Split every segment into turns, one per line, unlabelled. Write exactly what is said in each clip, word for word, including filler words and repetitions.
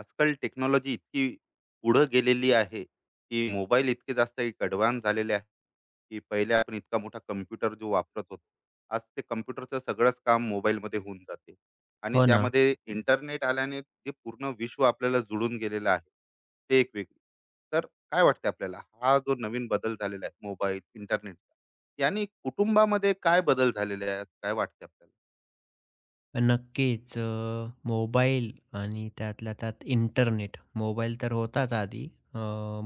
आजकाल टेक्नॉलॉजी इतकी पुढं गेलेली आहे की मोबाईल इतके जास्त एक ॲडव्हान्स झालेले आहे की पहिले आपण इतका मोठा कम्प्युटर जो वापरत होतो, आज ते कम्प्युटरचं सगळंच काम मोबाईलमध्ये होऊन जाते. आणि
हो ना.
त्यामध्ये इंटरनेट आल्याने जे पूर्ण विश्व आपल्याला जुळून गेलेलं आहे ते एक वेगळी. तर काय वाटतं आपल्याला, हा जो नवीन बदल झालेला आहे मोबाईल इंटरनेटचा, याने कुटुंबामध्ये काय बदल झालेले आहे? काय वाटते आपल्याला?
नक्कीच. अ, मोबाईल आणि त्यातल्या त्यात इंटरनेट. मोबाईल तर होताच आधी. अ,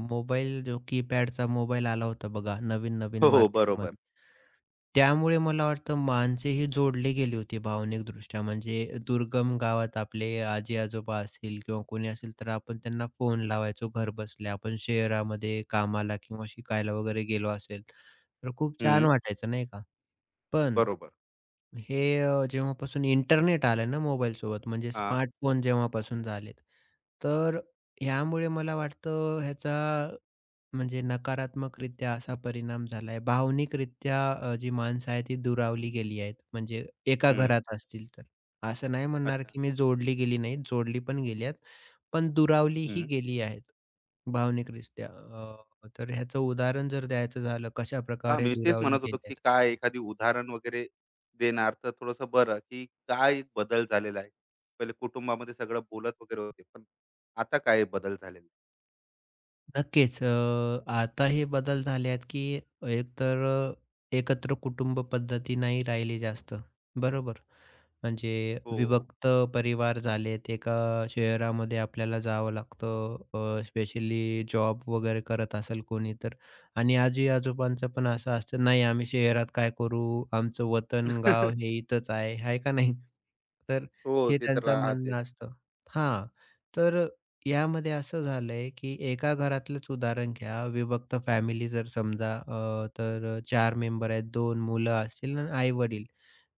मोबाईल जो कीपॅडचा मोबाईल आला होता बघा नवीन-नवीन
हो हो बरोबर.
मार्केटमध्ये. त्यामुळे मला वाटतं माणसेही जोडले गेली होती भावनिकदृष्ट्या. म्हणजे दुर्गम गावात आपले आजी-आजोबा असतील किंवा कोणी असेल तर आपण त्यांना फोन लावायचो घरबसल्या. आपण शहरामध्ये कामाला किंवा शिकायला वगैरे गेलो असेल, तर खूप छान
हम्म.
वाटायचं नाही का? पण
बरोबर.
हे अ, जेव्हापासून इंटरनेट आलं ना मोबाईलसोबत म्हणजे
हा.
स्मार्टफोन जेव्हापासून झालेत, तर ह्यामुळे मला वाटतं ह्याचा म्हणजे नकारात्मकरित्या असा परिणाम झालाय. भावनिकरित्या अ, जी माणसं आहेत ती दुरावली गेली आहेत. म्हणजे एका
हम्म.
घरात असतील तर. असं नाही म्हणणार
अच्छा.
की मी जोडली गेली नाहीत, जोडली पण गेली आहेत. पण दुरावलीही
हम्म.
गेली आहेत भावनिकरित्या. अ, तर ह्याचं उदाहरण जर द्यायचं झालं
हां,
कशाप्रकारे
मी तेच
दुरावली
म्हणत होतो,
गेली
की
आहेत.
काय एखादी उदाहरण वगैरे देणार तर थोडंसं बरं, की काय बदल झालेला आहे? पहिले कुटुंबामध्ये सगळं बोलत वगैरे होते, पण आता काय बदल झालेला आहे?
नक्कीच. अ, आता हे बदल झाले आहेत, की एकतर अ, एकत्र कुटुंब पद्धती नाही राहिली जास्त, बरोबर? म्हणजे
हो.
विभक्त परिवार झालेत, एका शहरामध्ये आपल्याला जावं लागतं. अ, स्पेशली जॉब वगैरे करत असेल कोणी तर आणि आजी-आजोबांचं पण असं असतं, "नाही, आम्ही शहरात काय करू? आमचं वतन, गाव हे इथंच आहे." आहे का नाही? तर
हो,
हे
ते तर
त्यांचं म्हणणं
राहतेच.
असतं. हां, तर यामध्ये असं झालंय, की एका घरातलंच उदाहरण घ्या. विभक्त फॅमिली जर समजा अ, तर चार मेंबर आहेत, दोन मुलं असतील आणि आई-वडील.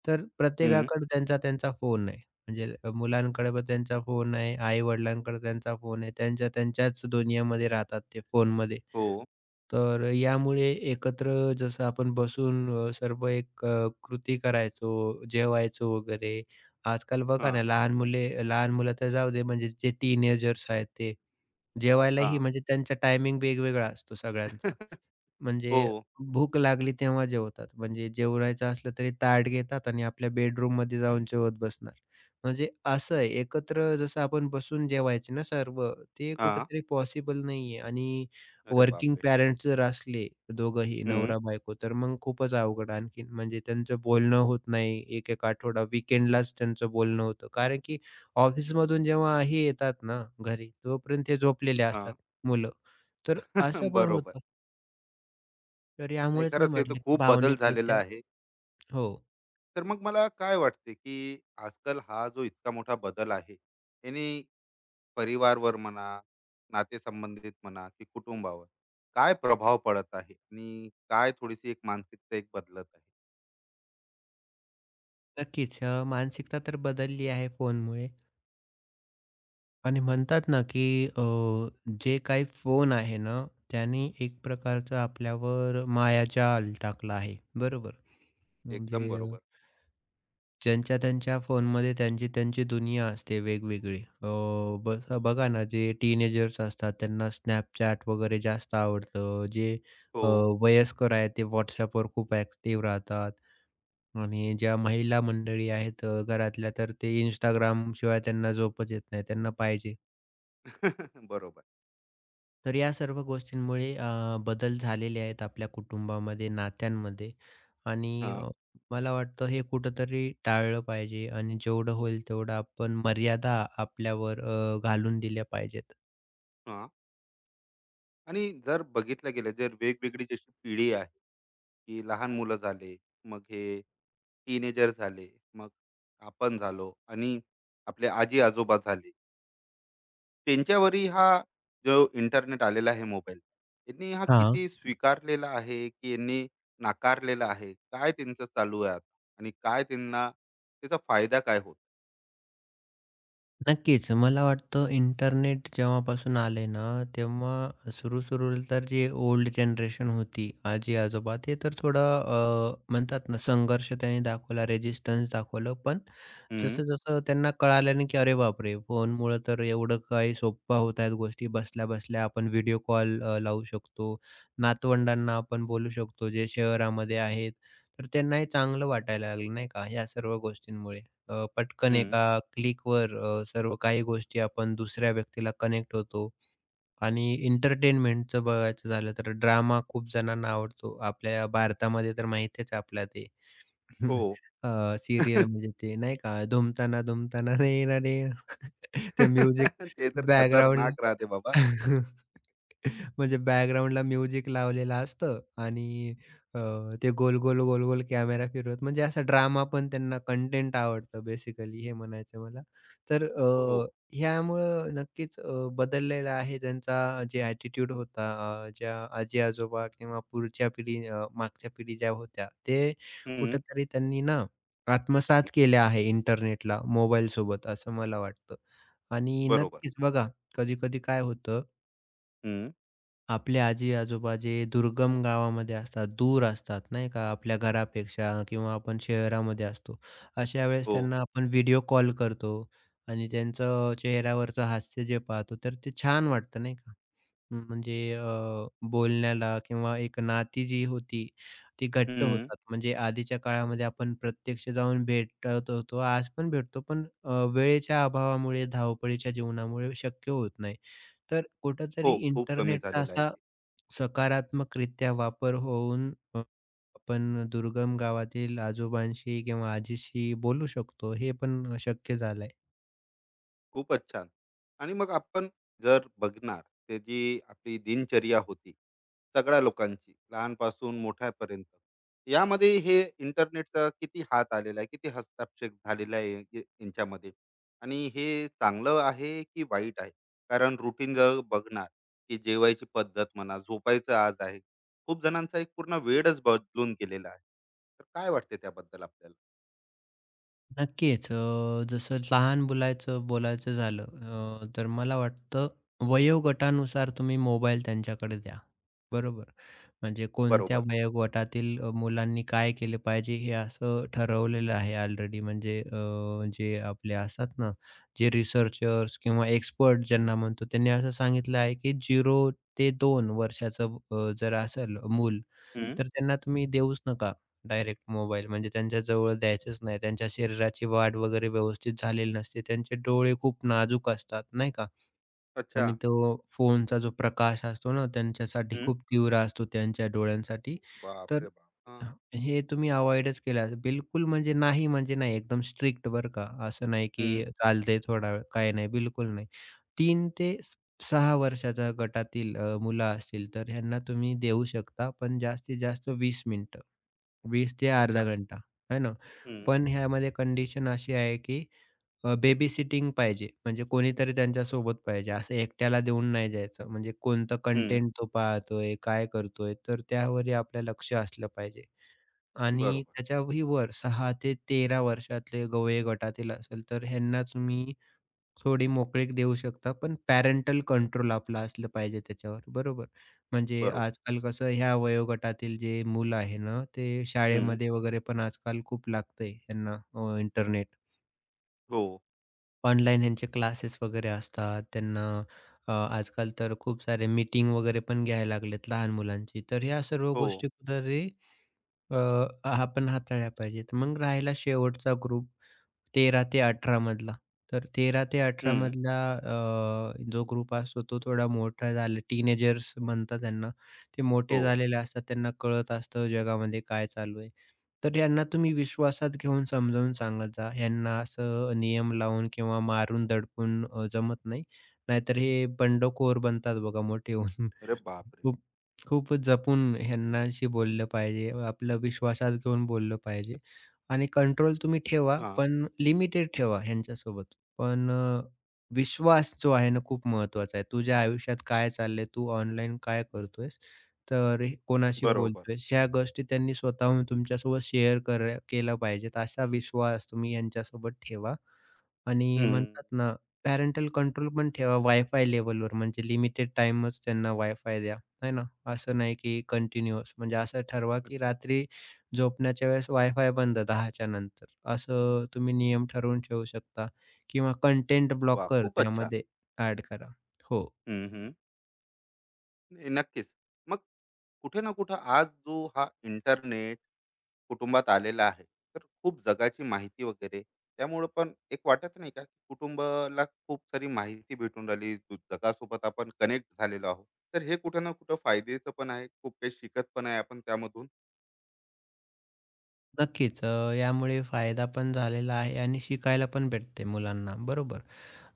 तर
हं.
प्रत्येकाकडे त्यांचा त्यांचा फोन आहे. म्हणजे अ, मुलांकडे पण त्यांचा फोन आहे, आई-वडिलांकडे त्यांचा फोन आहे. त्यांच्या त्यांच्याच दुनियामध्ये राहतात ते फोनमध्ये.
हो.
तर अ, यामुळे एकत्र जसं आपण बसून अ, सर्व एक अ, कृती करायचो, जेवायचो वगैरे. आजकाल बघा ना,
हां,
लहान मुले लहान मुलं तर जाऊ दे, म्हणजे जे टीनेजर्स आहेत ते जेवायलाही
हां.
म्हणजे त्यांचा टायमिंग वेगवेगळा असतो सगळ्यांचा. म्हणजे
हो.
भूक लागली तेव्हा जेवतात. म्हणजे जेवायचं असलं तरी ताट घेतात आणि आपल्या बेडरूममध्ये जाऊन जेवत बसणार. म्हणजे असं आहे एकत्र जसं आपण बसून जेवायचे ना सर्व, ते
हां.
कुठेतरी पॉसिबल नाहीये आणि
अरे
वर्किंग
बापरे!
पॅरेंट्स जर असले दोघंही
हं.
नवरा-बायको, तर मग खूपच अवघड आणखीन. म्हणजे त्यांचं बोलणं होत नाही एक एक आठवडा. वीकेंडलाच त्यांचं बोलणं होतं. कारण की ऑफिसमधून जेव्हा हे येतात ना घरी, तोपर्यंत ते झोपलेले असतात
हां.
मुलं. तर असं पण
बरोबर.
होतं. तर
नाही,
यामुळेच मी
खरंच हे तर
म्हटलं, की
खूप बदल झालेला
भावनिकरित्या
आहे.
हो,
तर मग मला काय वाटते, की आजकाल हा जो इतका मोठा बदल आहे, याने परिवारवर म्हणा, नातेसंबंधित म्हणा की कुटुंबावर काय प्रभाव पडत आहे आणि काय थोडीशी एक मानसिकता एक बदलत आहे?
नक्कीच. अ, मानसिकता तर बदलली आहे फोनमुळे आणि म्हणतात ना, की अ, जे काही फोन आहे ना, त्याने एक प्रकारचं आपल्यावर मायाजाल टाकला आहे, बरोबर?
एकदम
म्हणजे
बरोबर.
ज्यांच्या-त्यांच्या फोनमध्ये त्यांची-त्यांची दुनिया असते वेगवेगळी. अ, बस बघा ना, जे टीनेजर्स असतात त्यांना Snapchat वगैरे जास्त आवडतं. जे
हो.
अ, वयस्कर आहेत ते WhatsAppवर खूप ॲक्टिव्ह राहतात आणि ज्या महिला मंडळी आहेत अ, घरातल्या तर ते Instagram शिवाय त्यांना झोपच येत नाही. त्यांना पाहिजे.
बरोबर.
तर या सर्व गोष्टींमुळे अ, बदल झालेले आहेत आपल्या कुटुंबामध्ये, नात्यांमध्ये आणि
हां,
अ, मला वाटतं हे कुठेतरी टाळलं पाहिजे आणि जेवढं होईल तेवढं आपण मर्यादा आपल्यावर अ, घालून दिल्या पाहिजेत.
हां. आणि जर बघितलं गेलं, जर वेगवेगळी जशी पिढी आहे, की लहान मुलं झाले, मग हे टीनेजर झाले, मग आपण झालो आणि आपले आजी-आजोबा झाले. त्यांच्यावरही हा जो इंटरनेट आलेला आहे मोबाईल, यांनी हा
हां.
किती स्वीकारलेला आहे की यांनी नाकारलेला आहे, काय त्यांचं चालू आहे आता? आणि काय त्यांना त्याचा फायदा काय होत.
नक्कीच. मला वाटतं इंटरनेट जेव्हापासून आले ना, तेव्हा सुरू-सुरूला तर जे ओल्ड जनरेशन होती, आजी-आजोबा ते तर थोडं अ, म्हणतात ना संघर्ष त्यांनी दाखवला, रेझिस्टन्स दाखवलं. पण
हम्म.
जसं-जसं त्यांना कळालं ना, की अरे बापरे! फोनमुळं तर एवढं काही सोप्या होत आहेत गोष्टी. बसल्या-बसल्या आपण व्हिडिओ कॉल लावू शकतो. नातवंडांना आपण बोलू शकतो, जे शहरामध्ये आहेत. तर त्यांनाही चांगलं वाटायला लागलं नाही का, ह्या सर्व गोष्टींमुळे. अ, पटकन
हम्म.
एका क्लिकवर अ, सर्व काही गोष्टी आपण दुसऱ्या व्यक्तीला कनेक्ट होतो आणि एंटरटेनमेंटचं बघायचं झालं तर ड्रामा खूप जणांना आवडतो. आपल्या भारतामध्ये तर माहितीच आहे आपल्याला ते
हो.
अ, सीरियल म्हणजे ते नाही का धुमताना धुमताना रे ना रे ते म्युझिक
ते तर
बॅकग्राऊंड
खतरनाक राहते बाबा.
म्हणजे बॅकग्राऊंडला म्युझिक लावलेलं असतं आणि अ, ते गोल-गोल, गोल-गोल कॅमेरा फिरवत म्हणजे असा ड्रामा पण त्यांना कंटेंट आवडतं बेसिकली हे म्हणायचं मला. तर
हो.
अ, ह्यामुळं नक्कीच अ, बदललेला आहे त्यांचा जे ॲटिट्यूड होता अ, ज्या आजी-आजोबा किंवा पुढच्या पिढी अ, मागच्या पिढी ज्या होत्या, ते
हम्म.
कुठेतरी त्यांनी ना आत्मसात केले आहे इंटरनेटला, मोबाईलसोबत असं मला वाटतं. आणि
बरोबर.
नक्कीच बघा, कधी-कधी काय होतं
हम्म.
आपले आजी-आजोबा जे दुर्गम गावामध्ये असतात, दूर असतात नाही का, आपल्या घरापेक्षा किंवा आपण शहरामध्ये असतो. अशा वेळेस
हो.
त्यांना आपण व्हिडिओ कॉल करतो आणि त्यांचं चेहऱ्यावरचं हास्य जे पाहतो, तर ते छान वाटतं नाही का. हम्म, म्हणजे अ, बोलण्याला किंवा एक नाती जी होती, ती घट्ट
हम्म.
होतात. म्हणजे आधीच्या काळामध्ये आपण प्रत्यक्ष जाऊन भेटत होतो, आज पण भेटतो, पण अ, वेळेच्या अभावामुळे, धावपळीच्या जीवनामुळे शक्य होत नाही. तर
हो,
कुठेतरी
खूप कमी
इंटरनेटचा
झालेलं आहे.
असा सकारात्मकरित्या वापर होऊन अ, आपण दुर्गम गावातील आजोबांशी किंवा आजीशी बोलू शकतो, हे पण शक्य झालंय.
खूपच छान. आणि मग आपण जर बघणार, ते जी आपली दिनचर्या होती, सगळ्या लोकांची लहानपासून मोठ्यापर्यंत. यामध्ये हे इंटरनेटचा किती हात आलेला आहे, किती हस्तक्षेप झालेला आहे या यांच्यामध्ये? आणि हे चांगलं आहे की वाईट आहे? कारण रुटीन जर बघणार, की जेवायची पद्धत म्हणा, झोपायचं आज आहे. खूप जणांचा एक पूर्ण वेळच बदलून गेलेला आहे. तर काय वाटते त्याबद्दल आपल्याला?
नक्कीच. अ, जसं लहान मुलाचं बोलायचं झालं अ, तर मला वाटतं वयोगटानुसार तुम्ही मोबाईल त्यांच्याकडे द्या. बरोबर. म्हणजे कोणत्या
बरोबर.
वयोगटातील अ, मुलांनी काय केलं पाहिजे हे असं ठरवलेलं आहे ऑलरेडी. म्हणजे अ, जे आपले असतात ना, जे रिसर्चर्स किंवा एक्सपर्ट ज्यांना म्हणतो त्यांनी असं सांगितलं आहे की शून्य ते दोन वर्षाचं अ, जर असेल मूल
हं.
तर त्यांना तुम्ही देऊच नका डायरेक्ट मोबाईल. म्हणजे त्यांच्या जवळ द्यायचंच नाही. त्यांच्या शरीराची वाढ वगैरे व्यवस्थित झालेली नसते. त्यांचे डोळे खूप नाजूक असतात, नाही का?
अच्छा.
आणि तो फोनचा जो प्रकाश असतो ना, त्यांच्यासाठी
हं.
खूप तीव्र असतो त्यांच्या डोळ्यांसाठी.
बापरे
तर
बाप! हां.
हं, हे तुम्ही अव्हॉइडच केलं. बिलकुल म्हणजे नाही म्हणजे नाही. एकदम स्ट्रिक्ट बरं का. असं नाही की चालतंय थोडा वेळ, काही नाही, बिलकुल नाही. तीन ते स सहा वर्षाच्या गटातील अ, मुलं असतील, तर ह्यांना तुम्ही देऊ शकता, पण जास्तीत जास्त वीस मिनिटं. वीस ते अर्धा
अच्छा.
घंटा, आहे ना?
हं,
पण ह्यामध्ये कंडिशन अशी आहे की अ, बेबी सिटिंग पाहिजे. म्हणजे कोणीतरी त्यांच्या सोबत पाहिजे. असं एकट्याला देऊन नाही द्यायचं. म्हणजे कोणतं
हं.
कंटेंट तो पाहतोय, काय करतोय, तर त्यावरही आपलं लक्ष असलं पाहिजे. आणि
बरोबर,
त्याच्याही वर सहा ते तेरा वर्षातले गवळे गटातील असेल, तर ह्यांना तुम्ही थोडी मोकळीक देऊ शकता. पण पॅरेंटल कंट्रोल आपलं असलं पाहिजे त्याच्यावर, बरोबर. म्हणजे
बरोबर.
आजकाल कसं ह्या वयोगटातील जे मुलं आहे ना, ते
हं.
शाळेमध्ये वगैरे पण आजकाल खूप लागतंय ह्यांना इंटरनेट.
हो,
ऑनलाईन ह्यांचे क्लासेस वगैरे असतात. त्यांना अ, आजकाल तर खूप सारे मीटिंग वगैरे पण घ्यायला लागलेत लहान मुलांची. तर ह्या सर्व
हो,
गोष्टी कुठेतरी अ, आपण हाताळल्या पाहिजेत. मग राहिला शेवटचा ग्रुप तेरा ते अठरा मधला. तर तेरा ते अठरा
हं.
मधला अ, जो ग्रुप असतो तो थोडा मोठा झाला टीनेजर्स म्हणतात त्यांना. ते मोठे
हो.
झालेले असतात. त्यांना कळत असतं जगामध्ये काय चालू आहे. तर यांना तुम्ही विश्वासात घेऊन समजावून सांगत जा. यांना असं नियम लावून किंवा मारून दडपून अ, जमत नाही. नाहीतर हे बंडखोर बनतात बघा मोठे होऊन.
अरे बापरे!
खूप खूपच जपून ह्यांनाशी बोललं पाहिजे. आपलं विश्वासात घेऊन बोललं पाहिजे आणि कंट्रोल तुम्ही ठेवा,
हां,
पण लिमिटेड ठेवा ह्यांच्यासोबत. पण अ, विश्वास जो आहे ना खूप महत्त्वाचा आहे. तुझ्या आयुष्यात काय चाललंय? तू ऑनलाईन काय करतोयस? तर हे- कोणाशी
बरोबर.
बोलतोयस? ह्या गोष्टी त्यांनी स्वतःहून तुमच्यासोबत शेअर कर केल्या पाहिजेत. असा विश्वास तुम्ही यांच्यासोबत ठेवा आणि
हं.
म्हणतात ना, पॅरेंटल कंट्रोल पण ठेवा वायफाय लेव्हलवर म्हणजे लिमिटेड टाईमच त्यांना वायफाय द्या, है ना? असं नाही की कंटिन्यूअस म्हणजे असं ठरवा की रात्री झोपण्याच्या वेळेस वायफाय बंद दहाच्या नंतर. असं तुम्ही नियम ठरवून ठेवू शकता किंवा कंटेंट
वाह!
ब्लॉकर
खूपच छान.
त्यामध्ये ॲड करा. हो.
हं, हं. नाही, नक्कीच. मग कुठे ना कुठे आज जो हा इंटरनेट कुटुंबात आलेला आहे, तर खूप जगाची माहिती वगैरे, त्यामुळं पण एक वाटत नाही का, की कुटुंबाला खूप सारी माहिती भेटून राहिली, जो जगासोबत आपण कनेक्ट झालेलो आहोत. तर हे कुठे ना कुठे फायद्याचं पण आहे, खूप काही शिकत पण आहे आपण त्यामधून.
नक्कीच. अ, यामुळे फायदा पण झालेला आहे आणि शिकायला पण भेटते मुलांना, बरोबर.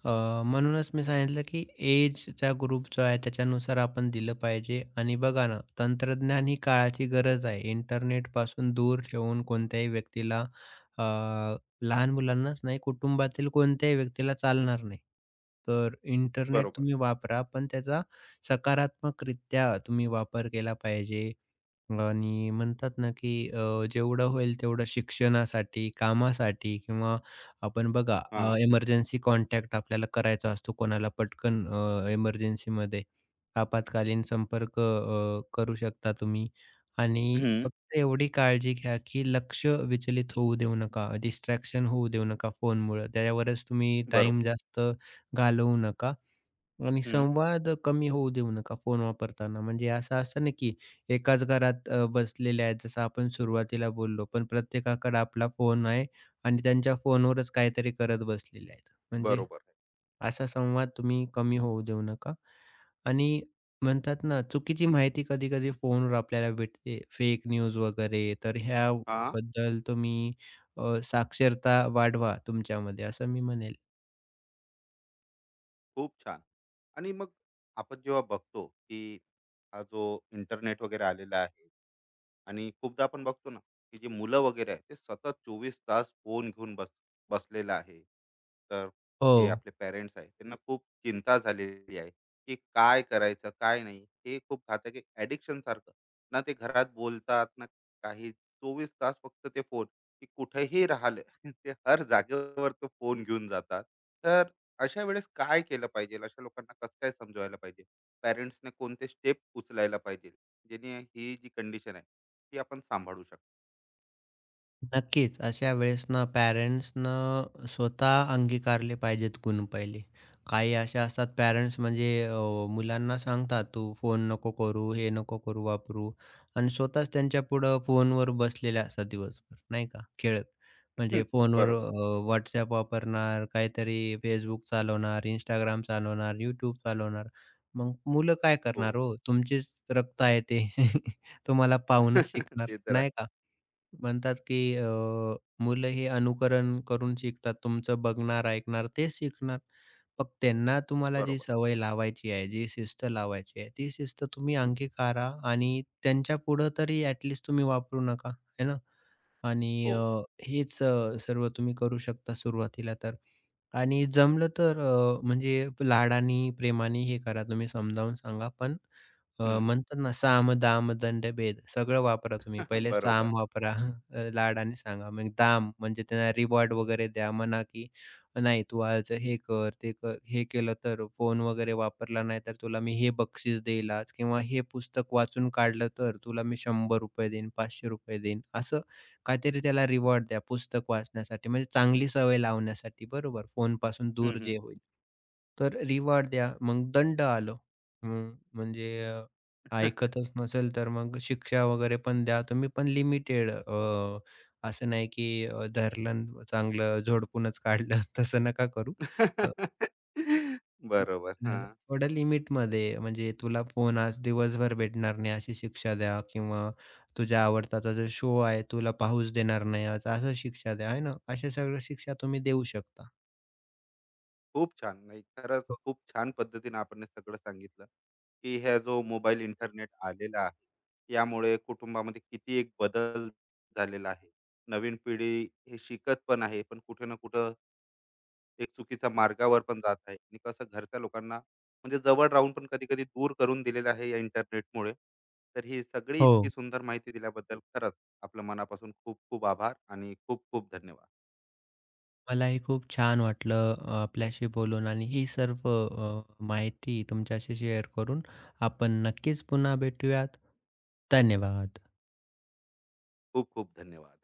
अ, म्हणूनच मी सांगितलं, की एजचा ग्रुप जो आहे त्याच्यानुसार आपण दिलं पाहिजे आणि बघा ना, तंत्रज्ञान ही काळाची गरज आहे. इंटरनेटपासून दूर ठेवून कोणत्याही व्यक्तीला अ, लहान मुलांनाच नाही, कुटुंबातील कोणत्याही व्यक्तीला चालणार नाही. तर इंटरनेट
बरोबर.
तुम्ही वापरा, पण त्याचा सकारात्मकरित्या तुम्ही वापर केला पाहिजे. आणि म्हणतात ना, की अ, जेवढं होईल तेवढं शिक्षणासाठी, कामासाठी किंवा आपण बघा अ,
हां.
इमर्जन्सी कॉन्टॅक्ट आपल्याला करायचा असतो कोणाला पटकन अ, इमर्जन्सीमध्ये आपात्कालीन संपर्क अ, करू शकता तुम्ही आणि
हं,
फक्त एवढी काळजी घ्या, की लक्ष विचलित होऊ देऊ नका, डिस्ट्रॅक्शन होऊ देऊ नका फोनमुळं. त्याच्यावरच तुम्ही
बरोबर.
टाईम जास्त घालवू नका. आणि
हं,
संवाद कमी होऊ देऊ नका फोन वापरताना. म्हणजे असं असतं ना, की एकाच घरात अ, बसलेले आहेत, जसं आपण सुरुवातीला बोललो, पण प्रत्येकाकडे आपला फोन आहे आणि त्यांच्या फोनवरच काहीतरी करत बसलेले आहेत. म्हणजे
बरोबर आहे.
असा संवाद तुम्ही कमी होऊ देऊ नका. आणि म्हणतात ना, चुकीची माहिती कधी-कधी फोनवर आपल्याला भेटते, फेक न्यूज वगैरे. तर
हां,
ह्याबद्दल तुम्ही अ, साक्षरता वाढवा तुमच्यामध्ये, असं मी म्हणेल.
खूप छान. आणि मग आपण जेव्हा बघतो, की हा जो इंटरनेट वगैरे आलेला आहे, आणि खूपदा आपण बघतो ना की जे मुलं वगैरे आहे ते सतत चोवीस तास फोन घेऊन बस बसलेलं आहे, तर जे
हो.
आपले पेरेंट्स आहे त्यांना खूप चिंता झालेली आहे की काय करायचं काय नाही, हे खूप घातक ॲडिक्शन सारखं ना, ते घरात बोलतात ना, काही चोवीस तास फक्त ते फोन. की कुठेही राहिले ते हर जागेवर तो फोन घेऊन जातात. तर अशा वेळेस काय केलं पाहिजे, अशा लोकांना कसं काय समजवायला पाहिजे, पेरेंट्सने कोणते स्टेप उचलायला पाहिजे, जेणे ही जी कंडिशन आहे ती आपण सांभाळू शकतो?
नक्कीच. अशा वेळेस ना पॅरेंट्सनं स्वतः अंगीकारले पाहिजेत गुण पहिले. काही असे असतात पॅरेंट्स म्हणजे अ, मुलांना सांगतात, "तू फोन नको करू, हे नको करू, वापरू" आणि स्वतःच त्यांच्यापुढं फोनवर बसलेले असतात दिवसभर, नाही का, खेळत. म्हणजे फोनवर
बरोबर.
अ, WhatsApp वापरणार, काहीतरी Facebook चालवणार, Instagram चालवणार, YouTube चालवणार. मग मुलं काय
हो.
करणार हो? तुमचेच रक्त आहे ते. तुम्हाला पाहूनच शिकणार,
ते तर
नाही
आहे.
का? म्हणतात की अ, मुलं हे अनुकरण करून शिकतात. तुमचं बघणार, ऐकणार तेच शिकणार. मग त्यांना तुम्हाला जी
बरोबर.
सवय लावायची आहे, जी शिस्त लावायची आहे, ती शिस्त तुम्ही अंगीकारा आणि त्यांच्यापुढं तरी ॲट लीस्ट तुम्ही वापरू नका, है ना? आणि
हो.
अ, हेच अ, सर्व तुम्ही करू शकता सुरुवातीला तर. आणि जमलं तर अ, म्हणजे लाडानी, प्रेमाने हे करा तुम्ही समजावून सांगा. पण अ,
हम्म.
म्हणतात ना, साम, दाम, दंड, भेद सगळं वापरा तुम्ही. पहिले
बरोबर.
साम वापरा, अ, लाडाने सांगा. मग दाम म्हणजे त्यांना रिवॉर्ड वगैरे द्या. म्हणा की नाही तू आज हे कर, ते कर. हे केलं तर फोन वगैरे वापरला नाही तर तुला मी हे बक्षीस देईल आज किंवा हे पुस्तक वाचून काढलं तर तुला मी ₹शंभर देईन, ₹पाचशे देईन. असं काहीतरी त्याला रिवॉर्ड द्या पुस्तक वाचण्यासाठी, म्हणजे चांगली सवय लावण्यासाठी बरोबर, फोनपासून
हम्म,
दूर
हम्म.
जे होईल. तर रिवॉर्ड द्या, मग दंड आलो हं, म्हणजे अ, ऐकतच नसेल तर मग शिक्षा वगैरे पण द्या तुम्ही, पण लिमिटेड अ, असं नाही की अ, धरलं अन् चांगलं झोडपूनच काढलं तसं नका करू.
बरोबर हा.
हं, थोड्या लिमिटमध्ये म्हणजे तुला फोन आज दिवसभर भेटणार नाही अशी शिक्षा द्या किंवा तुझ्या आवडताचा जो शो आहे तुला पाहूच देणार नाही आज असं शिक्षा द्या आहे ना? अशा सगळ्या शिक्षा तुम्ही देऊ शकता.
खूप छान. नाही, खरंच
हो,
खूप छान पद्धतीने आपण हे सगळं सांगितलं, की ह्या जो मोबाईल इंटरनेट आलेला आहे यामुळे कुटुंबामध्ये किती एक बदल झालेला आहे. नवीन पिढी हे शिकत पण आहे, पण कुठे ना कुठं एक चुकीच्या मार्गावर पण जात आहे आणि कसं घरच्या लोकांना म्हणजे जवळ राहून पण कधी कधी दूर करून दिलेलं आहे या इंटरनेटमुळे. तर ही सगळी
हो.
इतकी सुंदर माहिती दिल्याबद्दल खरंच आपलं मनापासून खूप खूप आभार आणि खूप खूप धन्यवाद.
मलाही खूप छान वाटलं अ, आपल्याशी बोलून आणि ही सर्व अ, माहिती तुमच्याशी शेअर करून. आपण नक्कीच पुन्हा भेटूयात. धन्यवाद.
खूप खूप धन्यवाद.